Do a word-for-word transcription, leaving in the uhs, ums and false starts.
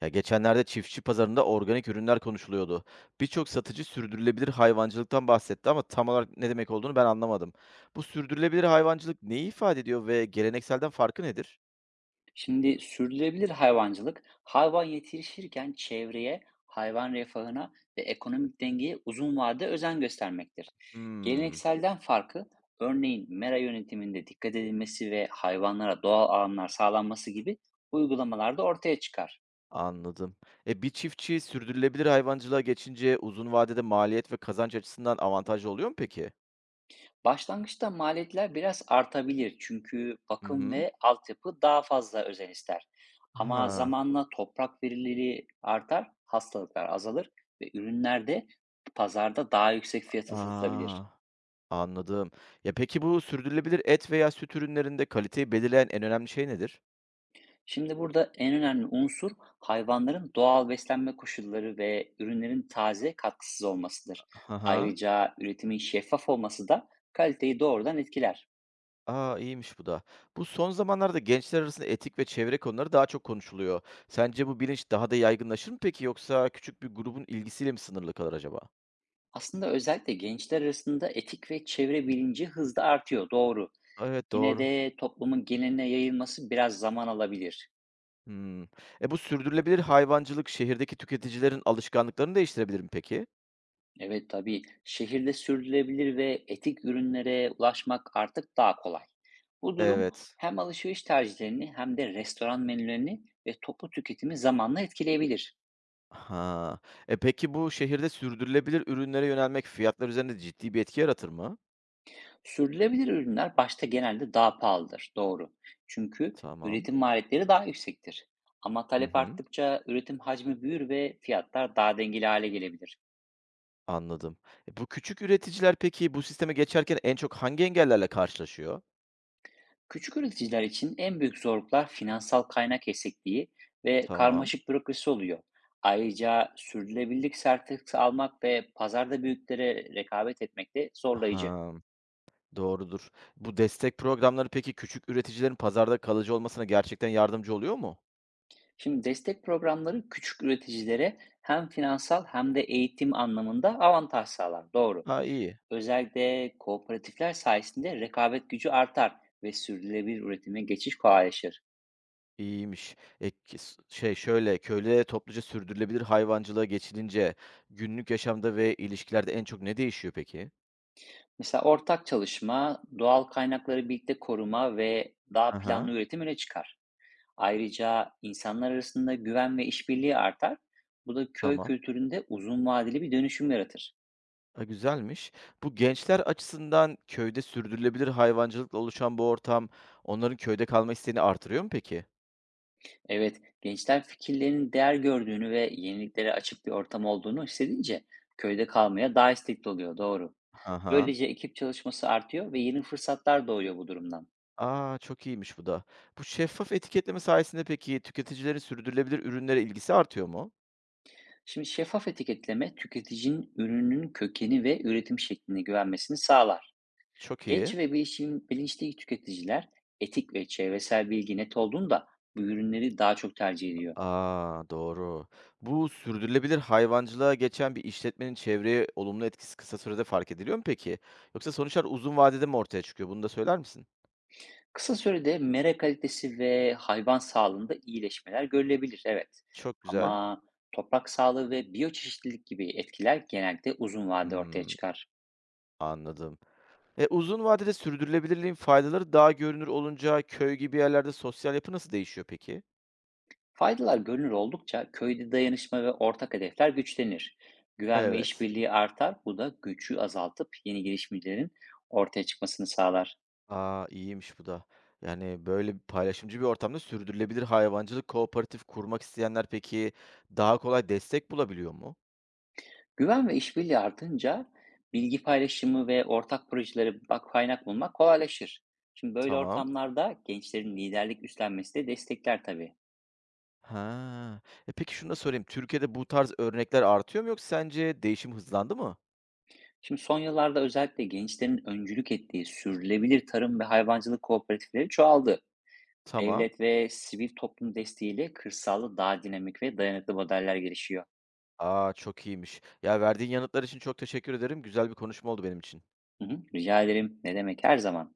Ya geçenlerde çiftçi pazarında organik ürünler konuşuluyordu. Birçok satıcı sürdürülebilir hayvancılıktan bahsetti ama tam olarak ne demek olduğunu ben anlamadım. Bu sürdürülebilir hayvancılık neyi ifade ediyor ve gelenekselden farkı nedir? Şimdi sürdürülebilir hayvancılık, hayvan yetiştirirken çevreye, hayvan refahına ve ekonomik dengeye uzun vadede özen göstermektir. Hmm, Gelenekselden farkı, örneğin mera yönetiminde dikkat edilmesi ve hayvanlara doğal alanlar sağlanması gibi uygulamalarda ortaya çıkar. anladım. E bir çiftçi sürdürülebilir hayvancılığa geçince uzun vadede maliyet ve kazanç açısından avantajlı oluyor mu peki? Başlangıçta maliyetler biraz artabilir çünkü Hı bakım hı. ve altyapı daha fazla özen ister. Ama Ha, zamanla toprak verimliliği artar, hastalıklar azalır ve ürünler de pazarda daha yüksek fiyata aa, satılabilir. anladım. Ya peki bu sürdürülebilir et veya süt ürünlerinde kaliteyi belirleyen en önemli şey nedir? Şimdi burada en önemli unsur hayvanların doğal beslenme koşulları ve ürünlerin taze katkısız olmasıdır. Hı hı. Ayrıca üretimin şeffaf olması da kaliteyi doğrudan etkiler. A, iyiymiş bu da. Bu son zamanlarda gençler arasında etik ve çevre konuları daha çok konuşuluyor. Sence bu bilinç daha da yaygınlaşır mı peki yoksa küçük bir grubun ilgisiyle mi sınırlı kalır acaba? Aslında özellikle gençler arasında etik ve çevre bilinci hızla artıyor, doğru. Evet Yine doğru. de toplumun geneline yayılması biraz zaman alabilir. Hmm. E bu sürdürülebilir hayvancılık şehirdeki tüketicilerin alışkanlıklarını değiştirebilir mi peki? Evet tabii şehirde sürdürülebilir ve etik ürünlere ulaşmak artık daha kolay. Bu durum Evet. hem alışveriş tercihlerini hem de restoran menülerini ve toplu tüketimi zamanla etkileyebilir. Ha. E peki bu şehirde sürdürülebilir ürünlere yönelmek fiyatlar üzerinde ciddi bir etki yaratır mı? Sürdürülebilir ürünler başta genelde daha pahalıdır, doğru. Çünkü Tamam. üretim maliyetleri daha yüksektir. Ama Hı talep hı. arttıkça üretim hacmi büyür ve fiyatlar daha dengeli hale gelebilir. Anladım. E bu küçük üreticiler peki bu sisteme geçerken en çok hangi engellerle karşılaşıyor? Küçük üreticiler için en büyük zorluklar finansal kaynak eksikliği ve Tamam. karmaşık bürokrasi oluyor. Ayrıca sürdürülebilirlik sertifikası almak ve pazarda büyüklere rekabet etmek de zorlayıcı. Ha, doğrudur. Bu destek programları peki küçük üreticilerin pazarda kalıcı olmasına gerçekten yardımcı oluyor mu? Şimdi destek programları küçük üreticilere hem finansal hem de eğitim anlamında avantaj sağlar. Doğru. Ha, iyi. Özellikle kooperatifler sayesinde rekabet gücü artar ve sürdürülebilir üretime geçiş kolaylaşır. İyiymiş. E, ki- s- şey şöyle köyde topluca sürdürülebilir hayvancılığa geçilince günlük yaşamda ve ilişkilerde en çok ne değişiyor peki? Mesela ortak çalışma, doğal kaynakları birlikte koruma ve daha Aha, planlı üretim öne çıkar. Ayrıca insanlar arasında güven ve işbirliği artar. Bu da köy tamam. kültüründe uzun vadeli bir dönüşüm yaratır. Ha, güzelmiş. Bu gençler açısından köyde sürdürülebilir hayvancılıkla oluşan bu ortam onların köyde kalma isteğini artırıyor mu peki? Evet, gençler fikirlerinin değer gördüğünü ve yeniliklere açık bir ortam olduğunu hissedince köyde kalmaya daha istekli oluyor, doğru. Aha. Böylece ekip çalışması artıyor ve yeni fırsatlar doğuyor bu durumdan. A! Çok iyiymiş bu da. Bu şeffaf etiketleme sayesinde peki tüketicilerin sürdürülebilir ürünlere ilgisi artıyor mu? Şimdi şeffaf etiketleme tüketicinin ürünün kökeni ve üretim şekline güvenmesini sağlar. Çok iyi. Genç ve bilişim, bilinçli tüketiciler etik ve çevresel bilgi net olduğunda bu ürünleri daha çok tercih ediyor. A! Doğru. Bu sürdürülebilir hayvancılığa geçen bir işletmenin çevreye olumlu etkisi kısa sürede fark ediliyor mu peki? Yoksa sonuçlar uzun vadede mi ortaya çıkıyor? Bunu da söyler misin? Kısa sürede mera kalitesi ve hayvan sağlığında iyileşmeler görülebilir, evet. Çok güzel. Ama toprak sağlığı ve biyoçeşitlilik gibi etkiler genelde uzun vadede ortaya Hımm, çıkar. anladım. E, uzun vadede sürdürülebilirliğin faydaları daha görünür olunca köy gibi yerlerde sosyal yapı nasıl değişiyor peki? Faydalar görünür oldukça köyde dayanışma ve ortak hedefler güçlenir. Güven ve Evet. işbirliği artar, bu da gücü azaltıp yeni girişimlerin ortaya çıkmasını sağlar. A, iyiymiş bu da. Yani, böyle, bir paylaşımcı bir ortamda sürdürülebilir hayvancılık kooperatif kurmak isteyenler peki daha kolay destek bulabiliyor mu? Güven ve işbirliği artınca bilgi paylaşımı ve ortak projelere bak kaynak bulmak kolaylaşır. Şimdi böyle Tamam. ortamlarda gençlerin liderlik üstlenmesi de destekler tabii. Ha. E, peki şunu da sorayım, Türkiye'de bu tarz örnekler artıyor mu yoksa sence değişim hızlandı mı? Şimdi son yıllarda özellikle gençlerin öncülük ettiği sürdürülebilir tarım ve hayvancılık kooperatifleri çoğaldı. Tamam. Devlet ve sivil toplum desteğiyle kırsalda daha dinamik ve dayanıklı modeller gelişiyor. A, çok iyiymiş. Ya, verdiğin yanıtlar için çok teşekkür ederim. Güzel bir konuşma oldu benim için. Hı hı, rica ederim. Ne demek her zaman.